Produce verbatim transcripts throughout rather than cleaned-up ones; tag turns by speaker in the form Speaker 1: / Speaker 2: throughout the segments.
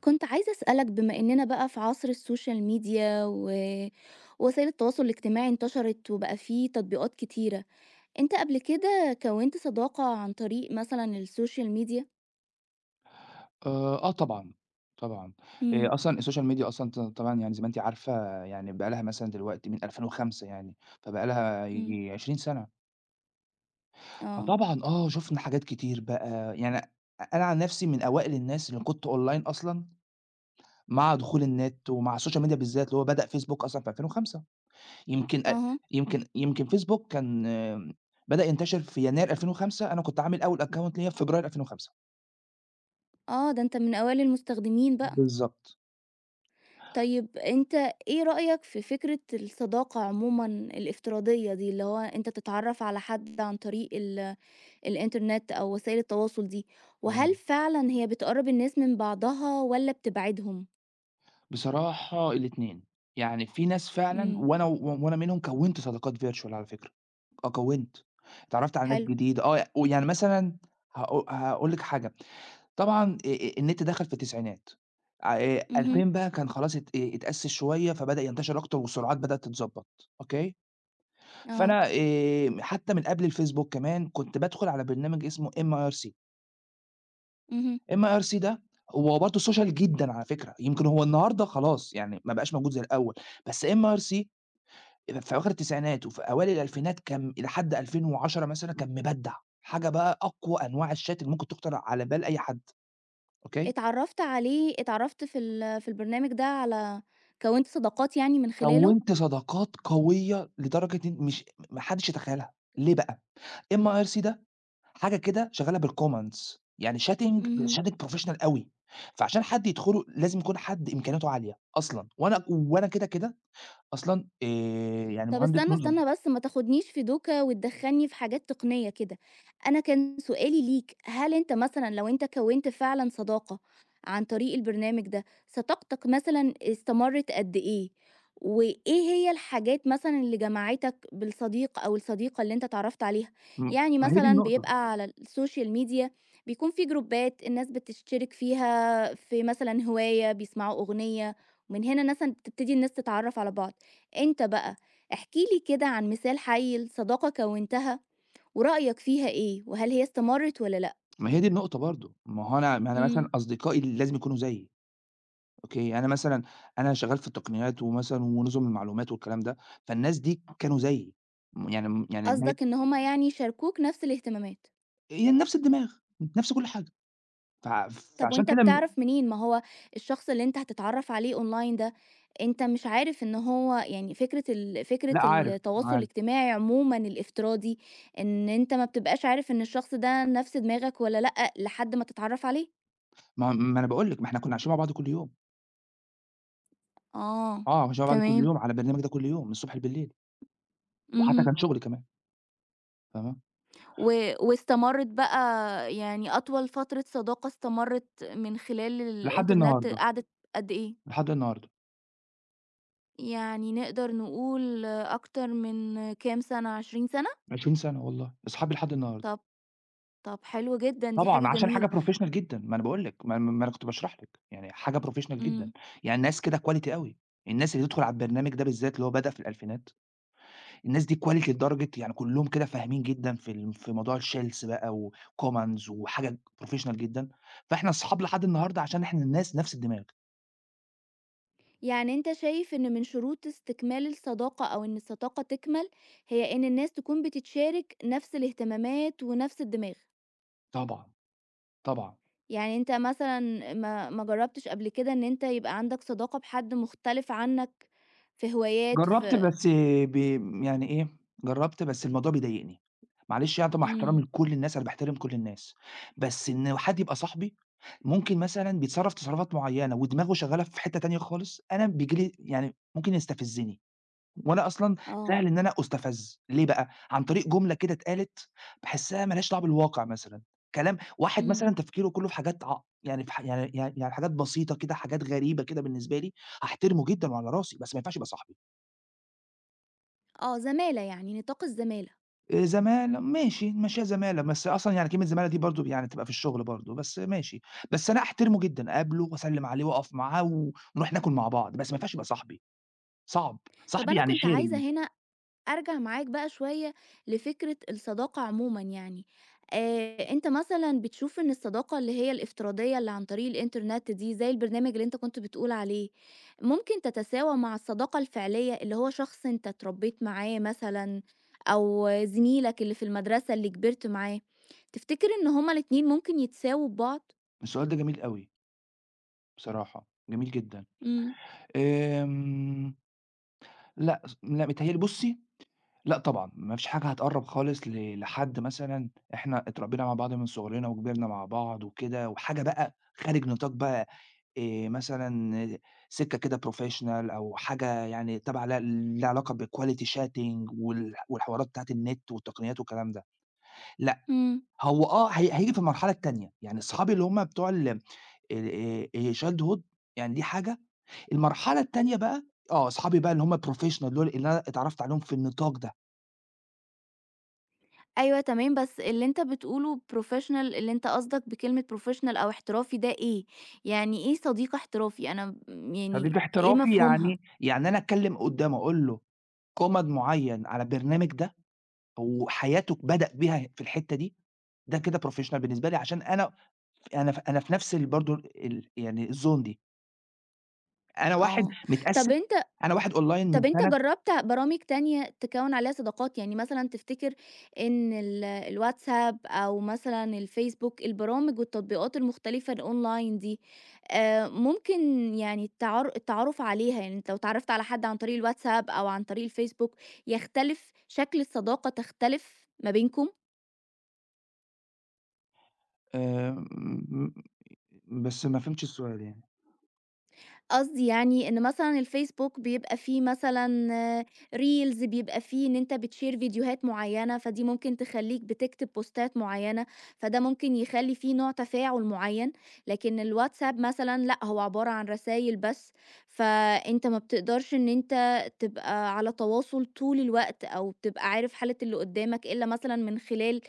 Speaker 1: كنت عايزة أسألك بما إننا بقى في عصر السوشيال ميديا و- ووسائل التواصل الاجتماعي انتشرت وبقى فيه تطبيقات كتيرة، أنت قبل كده كوّنت صداقة عن طريق مثلًا السوشيال ميديا؟
Speaker 2: آآ، آه طبعًا، طبعًا.
Speaker 1: إمم،
Speaker 2: آآ، أصلًا السوشيال ميديا أصلًا ط طبعًا يعني زي ما أنتِ عارفة، يعني بقى لها مثلًا دلوقتي من ألفين وخمسة يعني، فبقى لها
Speaker 1: إمم،
Speaker 2: ييجي عشرين سَنة.
Speaker 1: آه،
Speaker 2: فطبعًا آه، شُفنا حاجات كتير بقى، يعني أنا عن نَفْسي من أوائل الناس اللي كنت أونلاين أصلًا مع دخول النت ومع السوشيال ميديا بالذات، اللي هو بدأ فيسبوك أصلًا في ألفين وخمسة. يمكن أ
Speaker 1: أها،
Speaker 2: يمكن يمكن فيسبوك كان آه، بدأ ينتشر في يناير ألفين وخمسة. أنا كنت عامل أول account ليّا في فبراير ألفين وخمسة.
Speaker 1: آه، ده أنت من أوائل المستخدمين بقى.
Speaker 2: بالضبط.
Speaker 1: طيب أنت إيه رأيك في فكرة الصداقة عمومًا الافتراضية دي، اللي هو أنت تتعرّف على حد عن طريق ال الإنترنت أو وسائل التواصل دي،
Speaker 2: آه.
Speaker 1: وهل فعلًا هي بتقرّب الناس من بعضها والّا بتبعدهم؟
Speaker 2: بصراحة الاتنين، يعني في ناس فعلًا،
Speaker 1: إمم،
Speaker 2: وأنا وأنا منهم كوّنت صداقات virtual على فكرة. آه كوّنت، اتعرّفت على ناس
Speaker 1: حلو،
Speaker 2: جديدة، آه، ويعني مثلًا هاقو هاقول لِك حاجة. طبعًا آآ آآ النت دخل في التسعينات. آآ
Speaker 1: اهم،
Speaker 2: ألفين بقى كان خلاص ات إيه اتأسس شوية فبدأ ينتشر أكتر، والسرعات بدأت تتضبّط، أوكي.
Speaker 1: آه،
Speaker 2: فأنا آآ حتى من قبل الفيسبوك كمان كنت بادخل على برنامج اسمه M I R C.
Speaker 1: اهم،
Speaker 2: إم آي آر سي ده هو برضه social جدًا على فكرة، يمكن هو النهارده خلاص يعني ما بقاش موجود زي الأول. بس إم آي آر سي في أواخر التسعينات وفي أوائل الألفينات كان إلى حد ألفين وعشرة مثلًا كان مبدع، حاجة بقى، أقوى أنواع الشات اللي ممكن تخطر على بال أي حد، أوكي.
Speaker 1: اتعرّفت عليه اتعرّفت في ال في البرنامج ده على كوّنت صداقات يعني من خلاله؟
Speaker 2: كوّنت صداقات قوية لدرجة إن مش ما حدش يتخيلها. ليه بقى؟ إم آي آر سي ده حاجة كده شغّالة بالcommons، يعني chatting، بس
Speaker 1: اهم.
Speaker 2: chatting professional أوي. فعشان حد يدخله لازم يكون حد إمكانياته عالية أصلًا. وأنا وأنا كده، كده أصلًا آآ يعني
Speaker 1: طب
Speaker 2: مهندس
Speaker 1: استنى،
Speaker 2: نظم.
Speaker 1: استنى بس ما تاخدنيش في دوكة وتدخّلني في حاجات تقنية كده، أنا كان سؤالي ليك، هل أنت مثلًا لو أنت كوّنت فعلًا صداقة عن طريق البرنامج ده، صداقتك مثلًا استمرِّت قد إيه؟ وإيه هي الحاجات مثلًا اللي جمعتك بالصديق أو الصديقة اللي أنت اتعرّفت عليها؟
Speaker 2: م
Speaker 1: يعني
Speaker 2: ما هي دي
Speaker 1: مثلًا
Speaker 2: النقطة.
Speaker 1: بيبقى على السوشيال ميديا بيكون في جروبات الناس بتشترك فيها في مثلًا هواية، بيسمعوا أغنية، ومن هنا مثلًا بتبتدي الناس تتعرّف على بعض، أنت بقى احكِ لي كده عن مثال حي لصداقة كوّنتها ورأيك فيها إيه، وهل هي استمرِّت والّا لأ؟
Speaker 2: ما هي دي النقطة برضه، ما هو أنا ما أنا
Speaker 1: إمم.
Speaker 2: مثلًا أصدقائي اللي لازم يكونوا زيي، أوكي. يعني أنا مثلًا أنا شغال في التقنيات ومثلًا ونظم المعلومات والكلام ده. فالناس دي كانوا زيي. م يعني م يعني ما هي
Speaker 1: قصدك إن هم يعني شاركوك نفس الاهتمامات.
Speaker 2: هي نفس الدماغ، نفس كل حاجة. فع
Speaker 1: طب
Speaker 2: فعشان
Speaker 1: وأنت
Speaker 2: كده. م
Speaker 1: بتعرف منين؟ ما هو الشخص اللي أنت هتتعرّف عليه online ده، أنت مش عارف إن هو يعني فكرة ال فكرة
Speaker 2: لأ، عارف،
Speaker 1: التواصل
Speaker 2: عارف.
Speaker 1: الاجتماعي عمومًا الافتراضي، إن أنت ما بتبقاش عارف إن الشخص ده نفس دماغك والّا لأ لحد ما تتعرّف عليه.
Speaker 2: ما ما أنا باقول لِك، ما إحنا كنا عايشين مع بعض كل يوم.
Speaker 1: آه،
Speaker 2: آه. عايشين مع بعض كل
Speaker 1: تمام.
Speaker 2: يوم على البرنامج ده، كل يوم من الصبح لبليل. وحتى
Speaker 1: اهم.
Speaker 2: كان شغل كمان، فاهمة.
Speaker 1: و واستمرِّت بقى يعني أطول فترة صداقة استمرِّت من خلال
Speaker 2: لحد
Speaker 1: الإنترنت
Speaker 2: النهارده.
Speaker 1: قعدِت قد إيه؟
Speaker 2: لحد النهارده.
Speaker 1: يعني نقدر نقول أكتر من كام سَنة، عشرين سَنة؟
Speaker 2: عشرون سنة والله، أصحابي لحد النهارده.
Speaker 1: طَب طَب حلو جدًا، دي حاجة
Speaker 2: طبعًا، عشان حاجة
Speaker 1: جميلة.
Speaker 2: professional جدًا، ما أنا باقول لِك، ما ما ما أنا كنت باشرح لِك، يعني حاجة professional جدًا،
Speaker 1: إمم.
Speaker 2: يعني ناس كده quality أوي. الناس اللي تدخل على البرنامج ده بالذات، اللي هو بدأ في الألفينات، الناس دي quality لدرجة، يعني كلّهم كده فاهمين جدًا في ال في موضوع الshells بقى، وcommons، وحاجة professional جدًا. فإحنا أصحاب لحد النهارده، عشان إحنا الناس نفس الدماغ.
Speaker 1: يعني أنت شايف إن من شروط استكمال الصداقة أو إن الصداقة تكمل، هي إن الناس تكون بتتشارك نفس الاهتمامات ونفس الدماغ.
Speaker 2: طبعًا، طبعًا.
Speaker 1: يعني أنت مثلًا ما ما جرّبتش قبل كده إن أنت يبقى عندك صداقة بحد مختلف عنك في هوايات
Speaker 2: جرّبت
Speaker 1: في
Speaker 2: بس ب يعني إيه، جرّبت بس الموضوع بيضايقني. معلش، يعني طبعًا مع
Speaker 1: إمم،
Speaker 2: احترامي لكل الناس، أنا باحترم كل الناس، بس إن حد يبقى صاحبي، ممكن مثلًا بيتصرّف تصرفات معيّنة ودماغه شغّالة في حتّة تانية خالص، أنا بييجي لي يعني ممكن يستفزني. وأنا أصلًا سهل
Speaker 1: آه،
Speaker 2: إن أنا أُستفز، ليه بقى؟ عن طريق جملة كده اتقالت، باحسّها ما لهاش دعوة بالواقع مثلًا، كلام واحد
Speaker 1: إمم،
Speaker 2: مثلًا تفكيره كلّه في حاجات ع يعني في ح يعني يعني يعني حاجات بسيطة كده، حاجات غريبة كده بالنسبة لي. هاحترمه جدًا وعلى راسي، بس ما ينفعش يبقى صاحبي.
Speaker 1: آه زمالة يعني نطاق الزمالة.
Speaker 2: آآ زمالة ماشي، نمشّيها زمالة، بس أصلًا يعني كلمة زمالة دي برضه يعني بتبقى في الشغل برضه، بس ماشي. بس أنا أحترمه جدًا، أقابله وأسلِّم عليه وأقف معاه ونروح ناكل مع بعض، بس ما ينفعش يبقى صاحبي، صعب،
Speaker 1: طَب
Speaker 2: صاحبي
Speaker 1: أنا
Speaker 2: يعني
Speaker 1: كنت عايزة
Speaker 2: sharing.
Speaker 1: هنا أرجع معاك بقى شوية لفكرة الصداقة عمومًا يعني، آآ أنت مثلًا بتشوف إن الصداقة اللي هي الافتراضية اللي عن طريق الإنترنت دي، زي البرنامج اللي أنت كنت بتقول عليه، ممكن تتساوى مع الصداقة الفعلية اللي هو شخص أنت اتربيت معاه مثلًا، أو زميلك اللي في المدرسة اللي كبرت معاه، تفتكر إن هُم الاتنين ممكن يتساووا ببعض؟
Speaker 2: السؤال ده جميل أوي بصراحة، جميل جدًا.
Speaker 1: إمم،
Speaker 2: آمم لأ، ص لأ، متهيأ لي بُصّي، لأ طبعًا، ما فيش حاجة هتقرّب خالص ل لحد مثلًا إحنا اتربّينا مع بعض من صغرنا وكبرنا مع بعض وكده، وحاجة بقى خارج نطاق بقى، آآ مثلًا سِكّة كده professional، أو حاجة يعني تابعة ل ليها علاقة بquality chatting، وال والحوارات بتاعة النت والتقنيات والكلام ده، لأ.
Speaker 1: إمم.
Speaker 2: هو آه هي هييجي في المرحلة التانية، يعني أصحابي اللي هم بتوع ال آآ آآ childhood، يعني دي حاجة. المرحلة التانية بقى، آه، أصحابي بقى اللي هم الprofessional دول، اللي أنا اتعرّفت عليهم في النطاق ده.
Speaker 1: أيوه تمام، بس اللي أنت بتقوله professional اللي أنت قصدك بكلمة professional أو احترافي ده إيه؟ يعني إيه صديق احترافي؟ أنا م
Speaker 2: صديق
Speaker 1: يعني إيه
Speaker 2: احترافي
Speaker 1: مفهومها؟
Speaker 2: يعني يعني أنا أتكلّم قدّامه، أقول له كُمَض معيّن على البرنامج ده، وحياته بدأ بيها في الحتّة دي، ده كده professional بالنسبة لي، عشان أنا أنا ف أنا في نفس ال برضه ال يعني الzone دي، أنا واحد
Speaker 1: آه، طَب
Speaker 2: متأثّر
Speaker 1: أن
Speaker 2: أنا واحد online من
Speaker 1: طب أنت
Speaker 2: سنة.
Speaker 1: جرّبت برامج تانية تكوّن عليها صداقات؟ يعني مثلًا تفتكر إن ال الواتساب أو مثلًا الفيسبوك، البرامج والتطبيقات المختلفة الأونلاين دي، آآ ممكن يعني التعار التعرُّف عليها، يعني أنت لو اتعرّفت على حد عن طريق الواتساب أو عن طريق الفيسبوك، يختلف شكل الصداقة تختلف ما بينكم؟
Speaker 2: آمم، بس ما فهمتش السؤال يعني.
Speaker 1: قصدي يعني إن مثلًا الفيسبوك بيبقى فيه مثلًا reels بيبقى فيه إن أنت بتشير فيديوهات معيّنة، فدي ممكن تخلّيك بتكتب بوستات معيّنة، فده ممكن يخلّي فيه نوع تفاعل معيّن، لكن الواتساب مثلًا لأ، هو عبارة عن رسايل بس، فأنت ما بتقدرش إن أنت تبقى على تواصل طول الوقت أو تبقى عارف حالة اللي قدّامك إلا مثلًا من خلال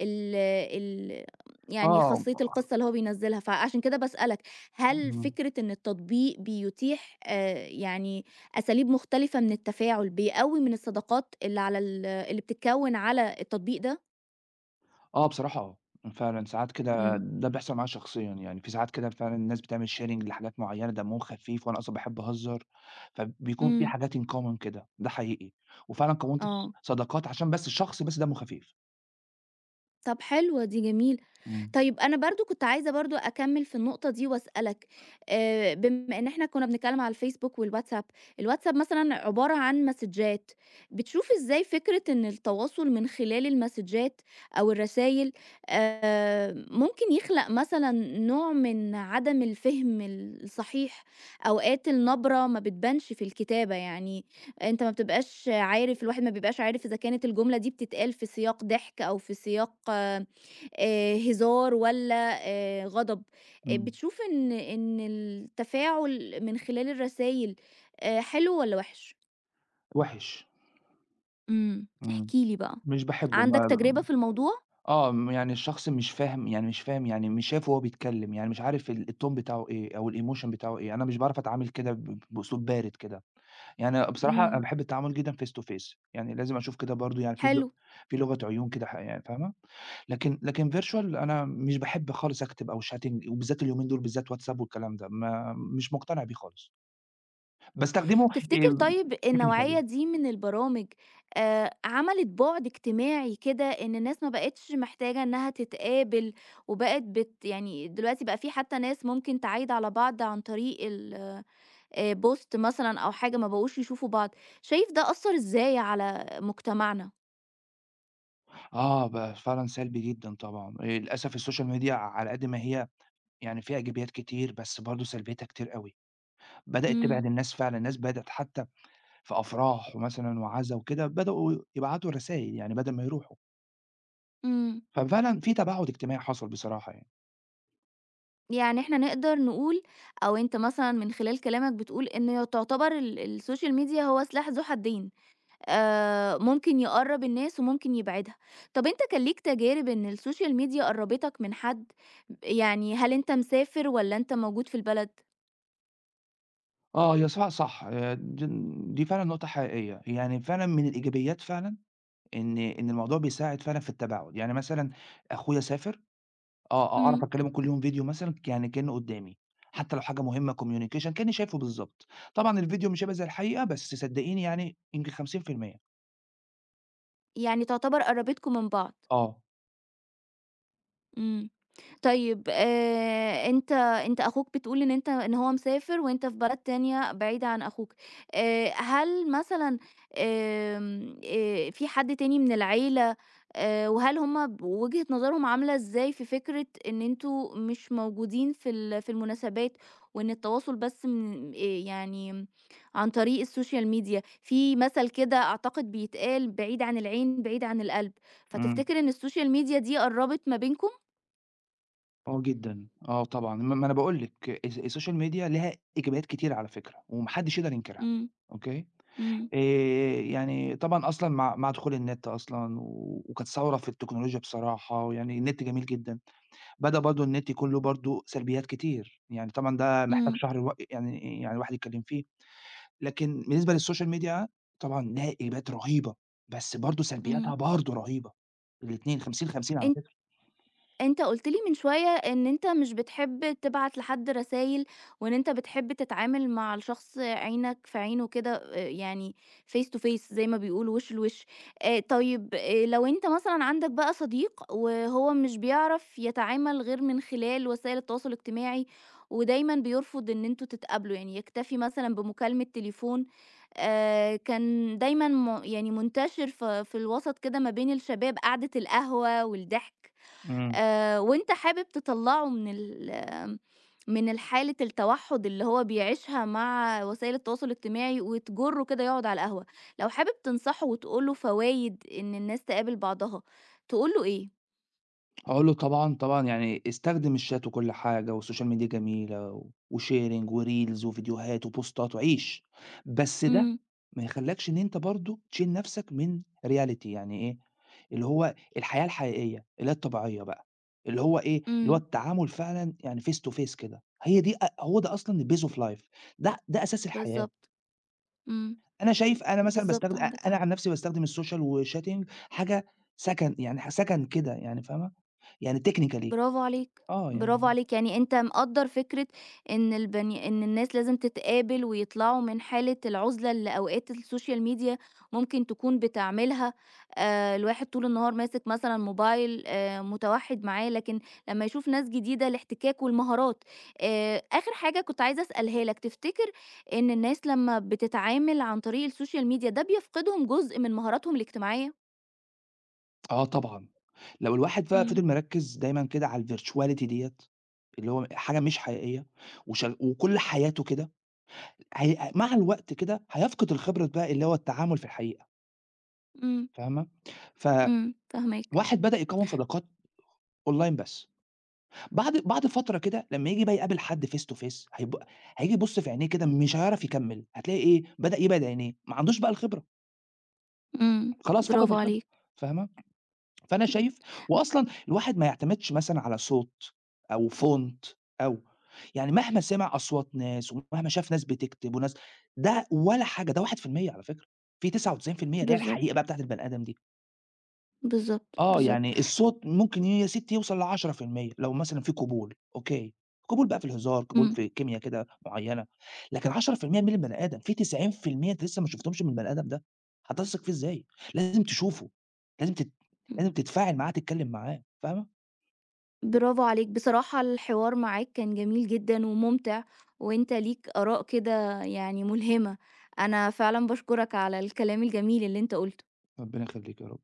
Speaker 1: ال ال يعني
Speaker 2: آه.
Speaker 1: خاصية القصة اللي هو بينزّلها، فعشان كده باسألك هل
Speaker 2: إمم،
Speaker 1: فكرة إن التطبيق بيتيح آآ يعني أساليب مختلفة من التفاعل، بيقوّي من الصداقات اللي على ال اللي بتتكوّن على التطبيق ده؟
Speaker 2: آه بصراحة، آه، فعلًا ساعات كده
Speaker 1: إمم،
Speaker 2: ده بيحصل معايا شخصيًا يعني، في ساعات كده فعلًا الناس بتعمل sharing لحاجات معيّنة، دمهم خفيف وأنا أصلًا باحب أهزّر، فبيكون في
Speaker 1: إمم،
Speaker 2: حاجات in common كده، ده حقيقي. وفعلًا كوّنت ص
Speaker 1: آه،
Speaker 2: صداقات عشان بس الشخص بس دمه خفيف.
Speaker 1: طب حلوة دي جميلة.
Speaker 2: إمم.
Speaker 1: طيب أنا برضه كنت عايزة برضه أكمّل في النقطة دي وأسألك، آآ بما إن إحنا كُنّا بنتكلّم على الفيسبوك والواتساب، الواتساب مثلًا عبارة عن مسدجات، بتشوف إزاي فكرة إن التواصل من خلال المسدجات أو الرسايل آآ ممكن يخلق مثلًا نوع من عدم الفهم الصحيح، أوقات النبرة ما بتبانش في الكتابة، يعني أنت ما بتبقاش عارف الواحد ما بيبقاش عارف إذا كانت الجملة دي بتتقال في سياق ضحك أو في سياق آه آآ هزار والّا آآ غضب، آآ
Speaker 2: إمم،
Speaker 1: بتشوف إن إن التفاعل من خلال الرسايل آآ حلو والّا وِحِش؟
Speaker 2: وِحِش.
Speaker 1: إمم،
Speaker 2: إمم،
Speaker 1: احكِ لي بقى.
Speaker 2: مش باحبه
Speaker 1: عندك
Speaker 2: ما
Speaker 1: تجربة في الموضوع؟
Speaker 2: آه. م يعني الشخص مش فاهم يعني مش فاهم، يعني مش شايف وهو بيتكلّم، يعني مش عارف ال الtone بتاعه إيه أو الemotion بتاعه إيه، أنا مش باعرف أتعامل كده ب بأسلوب بارد كده. يعني بصراحة أنا
Speaker 1: إمم.
Speaker 2: باحب التعامل جدًا face to face، يعني لازم أشوف كده برضه، يعني في ل
Speaker 1: حلو،
Speaker 2: في لغة عيون كده، ح يعني فاهمة. لكن لكن virtual أنا مش باحب خالص أكتب أو chatting، وبالذات اليومين دول بالذات واتساب والكلام ده، ما مش مقتنع بيه خالص، باستخدمه
Speaker 1: تفتكر
Speaker 2: آمم
Speaker 1: طيب
Speaker 2: technically.
Speaker 1: النوعية دي من البرامج آآ عملت بُعد اجتماعي كده إن الناس ما بقِتش محتاجة إنها تتقابل وبقت بت يعني دلوقتي بقى في حتى ناس ممكن تعايد على بعض عن طريق ال آآ بوست مثلًا أو حاجة ما بقوش يشوفوا بعض، شايف ده أثّر إزاي على مجتمعنا؟
Speaker 2: آه، ب فعلًا سلبي جدًا طبعًا. آآ للأسف السوشيال ميديا على قد ما هي، يعني فيها إيجابيات كتير، بس برضه سلبيتها كتير أوي، بدأت
Speaker 1: إمم،
Speaker 2: تبعد الناس فعلًا. الناس بدأت حتى في أفراح ومثلًا وعزا وكده، بدؤوا يبعتوا رسايل يعني بدل ما يروحوا،
Speaker 1: إمم،
Speaker 2: ففعلًا في تباعد اجتماعي حصل بصراحة يعني.
Speaker 1: يعني إحنا نقدر نقول أو أنت مثلًا من خلال كلامك بتقول إن تعتبر ال الSocial Media هو سلاح ذو حدين، آآ ممكن يقرّب الناس وممكن يبعدها، طَب أنت كان ليك تجارب إن الSocial Media قرّبتك من حد؟ يعني هل أنت مسافر والّا أنت موجود في البلد؟
Speaker 2: آه، هي صح، صح، آآ، د دي فعلًا نقطة حقيقية، يعني فعلًا من الإيجابيات فعلًا إن إن الموضوع بيساعد فعلًا في التباعد، يعني مثلًا أخويا سافر. آه، أ
Speaker 1: إمم،
Speaker 2: أعرف أكلمه كل يوم فيديو مثلًا، يعني كأنه قدامي، حتى لو حاجة مهمة communication كأني شايفه بالضبط. طبعًا الفيديو مش هيبقى زي الحقيقة، بس صدقيني يعني يمكن خمسين في المية.
Speaker 1: يعني تعتبر قرّبتكم من بعض.
Speaker 2: آه.
Speaker 1: إمم. طيب آآ أنت أنت أخوك بتقول إن أنت إن هو مسافر وأنت في بلد تانية بعيدة عن أخوك، آآ هل مثلًا آمم آآ في حد تاني من العيلة آآ وهل هُم ب وجهة نظرهم عاملة إزاي في فكرة إن أنتم مش موجودين في ال في المناسبات وإن التواصل بس من آآ يعني عن طريق السوشيال ميديا؟ في مثل كده أعتقد بيتقال "بعيد عن العين بعيد عن القلب."
Speaker 2: إمم.
Speaker 1: فتفتكر إن السوشيال ميديا دي قرّبت ما بينكم؟
Speaker 2: آه جدًا، آه طبعًا، ما ما أنا باقول لِك، الس السوشيال ميديا ليها إيجابيات كتيرة على فكرة، وما حدش يقدر ينكرها،
Speaker 1: إمم،
Speaker 2: أوكي.
Speaker 1: إمم،
Speaker 2: آآ، يعني طبعًا أصلًا مع مع دخول النت أصلًا، و وكانت ثورة في التكنولوجيا بصراحة، ويعني النت جميل جدًا، بدأ برضه النت يكون له برضه سلبيات كتير، يعني طبعًا ده محتاج
Speaker 1: إمم،
Speaker 2: شهر الو يعني يعني الواحد يتكلم فيه، لكن بالنسبة للسوشيال ميديا طبعًا لها إيجابيات رهيبة، بس برضه
Speaker 1: إمم.
Speaker 2: سلبياتها برضه رهيبة، الاتنين خمسين، خمسين على فكرة.
Speaker 1: أنت قُلت لي من شوية إن أنت مش بتحب تبعت لحد رسايل، وإن أنت بتحب تتعامل مع الشخص عينك في عينه كده آآ، يعني face to face زي ما بيقولوا وِش لوِش آآ، طيب آآ، لو أنت مثلًا عندك بقى صديق وهو مش بيعرف يتعامل غير من خلال وسائل التواصل الاجتماعي، ودايمًا بيرفض إن أنتم تتقابلوا، يعني يكتفي مثلًا بمكالمة تليفون آآ، كان دايمًا م يعني منتشر ف في الوسط كده ما بين الشباب قعدة القهوة والضحك.
Speaker 2: إمم.
Speaker 1: آآ وأنت حابب تطلّعه من ال آمم، من الحالة التوحُّد اللي هو بيعيشها مع وسائل التواصل الاجتماعي وتجرّه كده يقعد على القهوة، لو حابب تنصحه وتقول له فوايد إن الناس تقابل بعضها، تقول له إيه؟
Speaker 2: هاقول له طبعًا، طبعًا يعني استخدم الشات وكل حاجة، والسوشيال ميديا جميلة، وsharing وreels وفيديوهات وبوستات وعيش، بس ده
Speaker 1: إمم،
Speaker 2: ما يخلّكش إن أنت برضه تشيل نفسك من reality، يعني إيه، اللي هو الحياة الحقيقية اللي هي الطبيعية بقى، اللي هو إيه، اللي هو
Speaker 1: إمم،
Speaker 2: التعامل فعلًا يعني face to face كده، هي دي أ هو ده أصلًا الbase of life، ده ده أساس الحياة.
Speaker 1: بالضبط، إمم،
Speaker 2: أنا شايف، أنا مثلًا
Speaker 1: بالضبط
Speaker 2: باستخد أ
Speaker 1: عندك
Speaker 2: أنا عن
Speaker 1: حق.
Speaker 2: نفسي باستخدم السوشيال والchatting، حاجة سكن، يعني ح سكن كده، يعني فاهمة، يعني technically.
Speaker 1: برافو عليك،
Speaker 2: آه
Speaker 1: برافو
Speaker 2: يعني
Speaker 1: عليك، يعني أنت مقدّر فكرة إن البني إن الناس لازم تتقابل ويطلعوا من حالة العُزلة اللي أوقات السوشيال ميديا ممكن تكون بتعملها، آآ الواحد طول النهار ماسك مثلًا موبايل آآ متوحِّد معاه، لكن لمّا يشوف ناس جديدة الاحتكاك والمهارات. آآ آخر حاجة كنت عايزة أسألها لك، تفتكر إن الناس لمّا بتتعامل عن طريق السوشيال ميديا ده بيفقدهم جزء من مهاراتهم الاجتماعية؟
Speaker 2: آه طبعًا، لو الواحد بقى
Speaker 1: إمم،
Speaker 2: فضل مركّز دايمًا كده على الvirtuality ديّة، اللي هو حاجة مش حقيقية، وشغ وكل حياته كده، هي مع الوقت كده هيفقد الخبرة بقى، اللي هو التعامل في الحقيقة،
Speaker 1: إمم،
Speaker 2: فاهمة؟ فواحد
Speaker 1: إمم، فاهماك،
Speaker 2: بدأ يكوّن صداقات أونلاين بس، بعد بعد فترة كده لمّا ييجي بقى يقابل حد face to face، هيب هييجي يبُص في عينيه كده مش هيعرف يكمّل، هتلاقي إيه، بدأ يبعد عينيه، ما عندوش بقى الخبرة،
Speaker 1: إمم،
Speaker 2: خلاص فقد
Speaker 1: برافو
Speaker 2: الخبرة،
Speaker 1: عليك.
Speaker 2: فاهمة؟ فأنا
Speaker 1: إمم،
Speaker 2: شايف، وأصلًا الواحد ما يعتمدش مثلًا على صوت أو font، أو يعني مهما سمع أصوات ناس ومهما شاف ناس بتكتب وناس، ده ولا حاجة، ده واحد في المية على فكرة، في تسعة وتسعين في المية اللي هي الحقيقة
Speaker 1: بالضبط،
Speaker 2: بقى بتاعة البني آدم دي.
Speaker 1: بالضبط،
Speaker 2: آه،
Speaker 1: بالضبط،
Speaker 2: يعني الصوت ممكن يا سِتّي يوصل ل10% لو مثلًا في قبول، أوكي، قبول بقى في الهزار، قبول
Speaker 1: إمم،
Speaker 2: في كيميا كده معيّنة، لكن لعشرة في المية مين البني آدم، في تسعين في المية أنت لسه ما شُفتهمش من البني آدم ده، هتثق فيه إزاي؟ لازم تشوفه، لازم تت
Speaker 1: إمم،
Speaker 2: لازم تتفاعل معاه، تتكلّم معاه، فاهمة؟
Speaker 1: برافو عليك، بصراحة الحوار معاك كان جميل جدًا وممتع، وأنت ليك آراء كده يعني ملهمة، أنا فعلًا باشكرك على الكلام الجميل اللي أنت قُلته.
Speaker 2: ربنا يخلّيكِ يا رب.